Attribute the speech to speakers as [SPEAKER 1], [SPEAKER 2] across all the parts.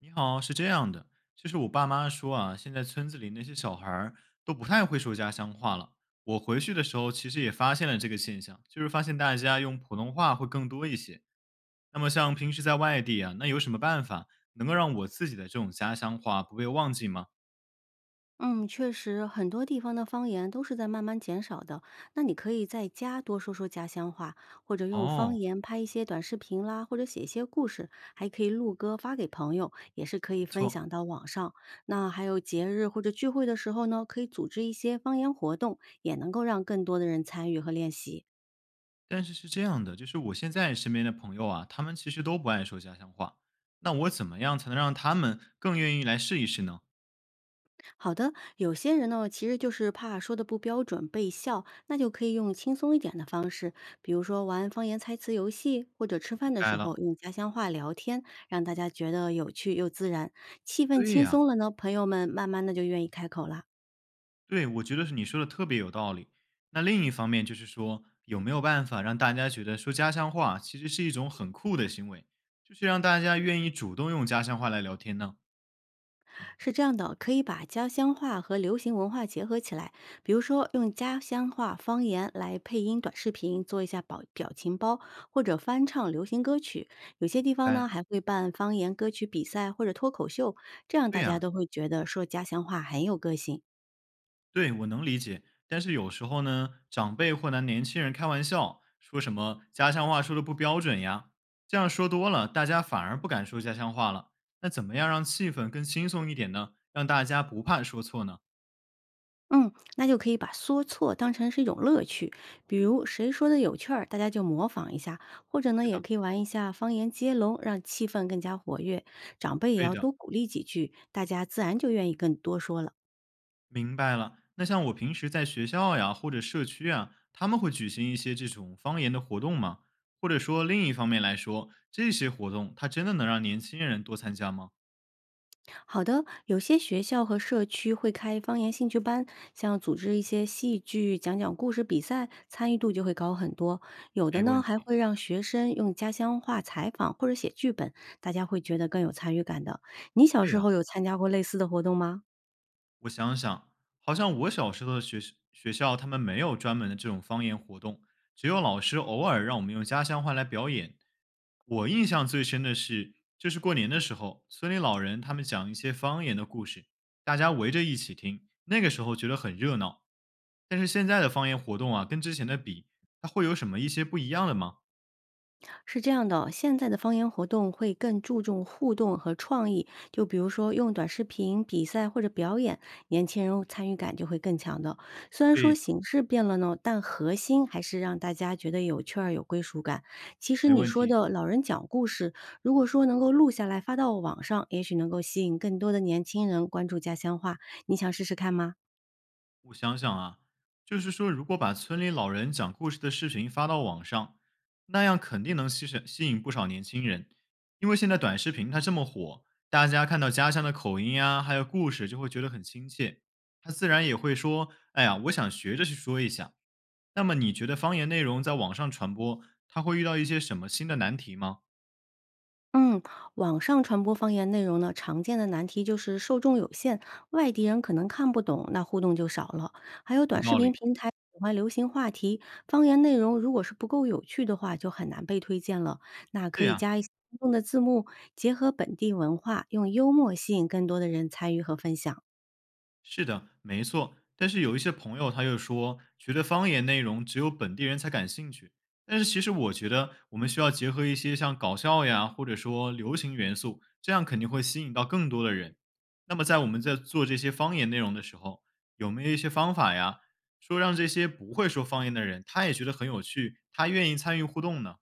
[SPEAKER 1] 你好，是这样的，就是我爸妈说啊，现在村子里那些小孩儿都不太会说家乡话了。我回去的时候，其实也发现了这个现象，就是发现大家用普通话会更多一些。那么像平时在外地啊，那有什么办法能够让我自己的这种家乡话不被忘记吗？
[SPEAKER 2] 嗯，确实，很多地方的方言都是在慢慢减少的。那你可以在家多说说家乡话，或者用方
[SPEAKER 1] 哦，
[SPEAKER 2] 言拍一些短视频啦，或者写一些故事，还可以录歌发给朋友，也是可以
[SPEAKER 1] 没
[SPEAKER 2] 分
[SPEAKER 1] 错。
[SPEAKER 2] 享到网上。那还有节日或者聚会的时候呢，可以组织一些方言活动，也能够让更多的人参与和练习。
[SPEAKER 1] 但是是这样的，就是我现在身边的朋友啊，他们其实都不爱说家乡话。那我怎么样才能让他们更愿意来试一试呢？
[SPEAKER 2] 好的，有些人呢，其实就是怕说的不标准被笑，那就可以用轻松一点的方式，比如说玩方言猜词游戏，或者吃
[SPEAKER 1] 明
[SPEAKER 2] 饭的时
[SPEAKER 1] 白了。
[SPEAKER 2] 候用家乡话聊天，让大家觉得有趣又自然，气氛
[SPEAKER 1] 对
[SPEAKER 2] 轻
[SPEAKER 1] 呀、
[SPEAKER 2] 松了呢，朋友们慢慢的就愿意开口啦。
[SPEAKER 1] 对，我觉得是你说的特别有道理。那另一方面就是说，有没有办法让大家觉得说家乡话其实是一种很酷的行为，就是让大家愿意主动用家乡话来聊天呢？
[SPEAKER 2] 是这样的，可以把家乡话和流行文化结合起来，比如说用家乡话方言来配音短视频，做一下表情包，或者翻唱流行歌曲。有些地方呢
[SPEAKER 1] 哎，
[SPEAKER 2] 还会办方言歌曲比赛或者脱口秀，这样
[SPEAKER 1] 对
[SPEAKER 2] 大家
[SPEAKER 1] 呀、
[SPEAKER 2] 都会觉得说家乡话很有个性。
[SPEAKER 1] 对我能理解。但是有时候呢，长辈或拿年轻人开玩笑，说什么家乡话说的不标准呀，这样说多了，大家反而不敢说家乡话了。那怎么样让气氛更轻松一点呢？让大家不怕说错呢？
[SPEAKER 2] 嗯，那就可以把说错当成是一种乐趣，比如谁说的有趣儿，大家就模仿一下，或者呢，
[SPEAKER 1] 是
[SPEAKER 2] 也
[SPEAKER 1] 的，
[SPEAKER 2] 可以玩一下方言接龙，让气氛更加活跃。长辈也
[SPEAKER 1] 对
[SPEAKER 2] 要
[SPEAKER 1] 的。
[SPEAKER 2] 多鼓励几句，大家自然就愿意更多说了。
[SPEAKER 1] 明白了。那像我平时在学校呀，或者社区啊，他们会举行一些这种方言的活动吗？或者说另一方面来说，这些活动它真的能让年轻人多参加吗？
[SPEAKER 2] 好的，有些学校和社区会开方言兴趣班，像组织一些戏剧、讲讲故事比赛，参与度就会高很多。有的
[SPEAKER 1] 没
[SPEAKER 2] 呢，
[SPEAKER 1] 问
[SPEAKER 2] 还
[SPEAKER 1] 题。
[SPEAKER 2] 会让学生用家乡话采访或者写剧本，大家会觉得更有参与感的。你小
[SPEAKER 1] 对
[SPEAKER 2] 时
[SPEAKER 1] 呀，
[SPEAKER 2] 候有参加过类似的活动吗？
[SPEAKER 1] 我想想，好像我小时候的学校他们没有专门的这种方言活动，只有老师偶尔让我们用家乡话来表演。我印象最深的是，就是过年的时候，村里老人他们讲一些方言的故事，大家围着一起听，那个时候觉得很热闹。但是现在的方言活动啊，跟之前的比，它会有什么一些不一样的吗？
[SPEAKER 2] 是这样的哦，现在的方言活动会更注重互动和创意，就比如说用短视频、比赛或者表演，年轻人参与感就会更强的。虽然说
[SPEAKER 1] 对的，
[SPEAKER 2] 形式变了呢，但核心还是让大家觉得有趣儿、有归属感。其实
[SPEAKER 1] 没
[SPEAKER 2] 你
[SPEAKER 1] 问
[SPEAKER 2] 说
[SPEAKER 1] 题。
[SPEAKER 2] 的老人讲故事，如果说能够录下来发到网上，也许能够吸引更多的年轻人关注家乡话。你想试试看吗？
[SPEAKER 1] 我想想啊，就是说，如果把村里老人讲故事的视频发到网上，那样肯定能吸引不少年轻人，因为现在短视频它这么火，大家看到家乡的口音啊，还有故事，就会觉得很亲切，他自然也会说：“哎呀，我想学着去说一下。”那么你觉得方言内容在网上传播，它会遇到一些什么新的难题吗？
[SPEAKER 2] 嗯，网上传播方言内容呢，常见的难题就是受众有限，外地人可能看不懂，那互动就少了。还有
[SPEAKER 1] 有
[SPEAKER 2] 短视
[SPEAKER 1] 道
[SPEAKER 2] 频
[SPEAKER 1] 理。
[SPEAKER 2] 平台喜欢流行话题，方言内容如果是不够有趣的话，就很难被推荐了。那可
[SPEAKER 1] 对
[SPEAKER 2] 以
[SPEAKER 1] 呀、
[SPEAKER 2] 加一些互动的字幕，结合本地文化，用幽默吸引更多的人参与和分享。
[SPEAKER 1] 是的，没错。但是有一些朋友他又说，觉得方言内容只有本地人才感兴趣。但是其实我觉得，我们需要结合一些像搞笑呀，或者说流行元素，这样肯定会吸引到更多的人。那么在我们在做这些方言内容的时候，有没有一些方法呀，说让这些不会说方言的人，他也觉得很有趣，他愿意参与互动呢？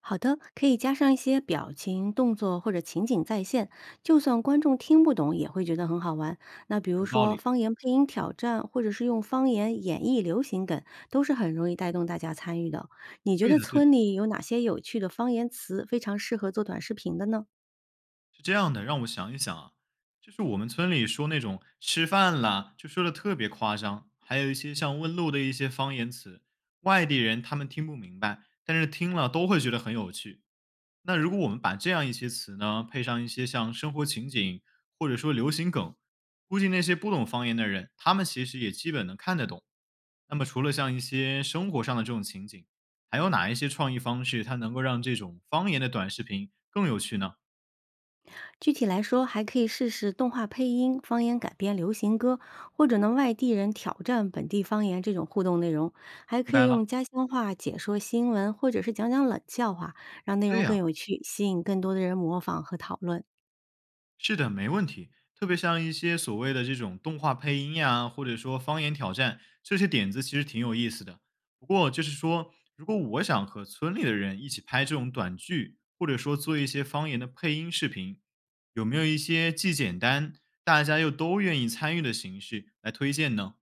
[SPEAKER 2] 好的，可以加上一些表情、动作或者情景再现，就算观众听不懂也会觉得很好玩。那比如
[SPEAKER 1] 有道
[SPEAKER 2] 说
[SPEAKER 1] 理。
[SPEAKER 2] 方言配音挑战，或者是用方言演绎流行梗，都是很容易带动大家参与的。你觉
[SPEAKER 1] 对
[SPEAKER 2] 得
[SPEAKER 1] 的，对的。
[SPEAKER 2] 村里有哪些有趣的方言词非常适合做短视频的呢？
[SPEAKER 1] 是这样的，让我想一想啊，就是我们村里说那种吃饭啦，就说的特别夸张，还有一些像问路的一些方言词，外地人他们听不明白，但是听了都会觉得很有趣。那如果我们把这样一些词呢，配上一些像生活情景或者说流行梗，估计那些不懂方言的人，他们其实也基本能看得懂。那么除了像一些生活上的这种情景，还有哪一些创意方式，它能够让这种方言的短视频更有趣呢？
[SPEAKER 2] 具体来说，还可以试试动画配音、方言改编流行歌，或者呢外地人挑战本地方言这种互动内容，还
[SPEAKER 1] 明
[SPEAKER 2] 可以
[SPEAKER 1] 白了，
[SPEAKER 2] 用家乡话解说新闻，或者是讲讲冷笑话，让内
[SPEAKER 1] 对
[SPEAKER 2] 容更
[SPEAKER 1] 呀、
[SPEAKER 2] 有趣，吸引更多的人模仿和讨论。
[SPEAKER 1] 是的，没问题。特别像一些所谓的这种动画配音呀，或者说方言挑战，这些点子其实挺有意思的。不过就是说，如果我想和村里的人一起拍这种短剧，或者说做一些方言的配音视频，有没有一些既简单，大家又都愿意参与的形式来推荐呢？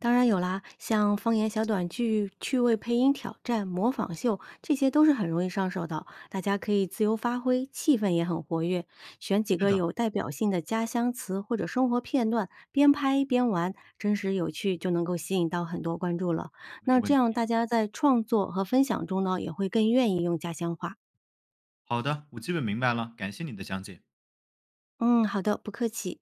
[SPEAKER 2] 当然有啦，像方言小短剧、趣味配音挑战、模仿秀，这些都是很容易上手的，大家可以自由发挥，气氛也很活跃。选几
[SPEAKER 1] 是
[SPEAKER 2] 个
[SPEAKER 1] 的，
[SPEAKER 2] 有代表性的家乡词或者生活片段，边拍边玩，真实有趣，就能够吸引到很多关注了。
[SPEAKER 1] 没
[SPEAKER 2] 那这
[SPEAKER 1] 问
[SPEAKER 2] 样
[SPEAKER 1] 题。
[SPEAKER 2] 大家在创作和分享中呢，也会更愿意用家乡话。
[SPEAKER 1] 好的，我基本明白了，感谢你的讲解。
[SPEAKER 2] 嗯，好的，不客气。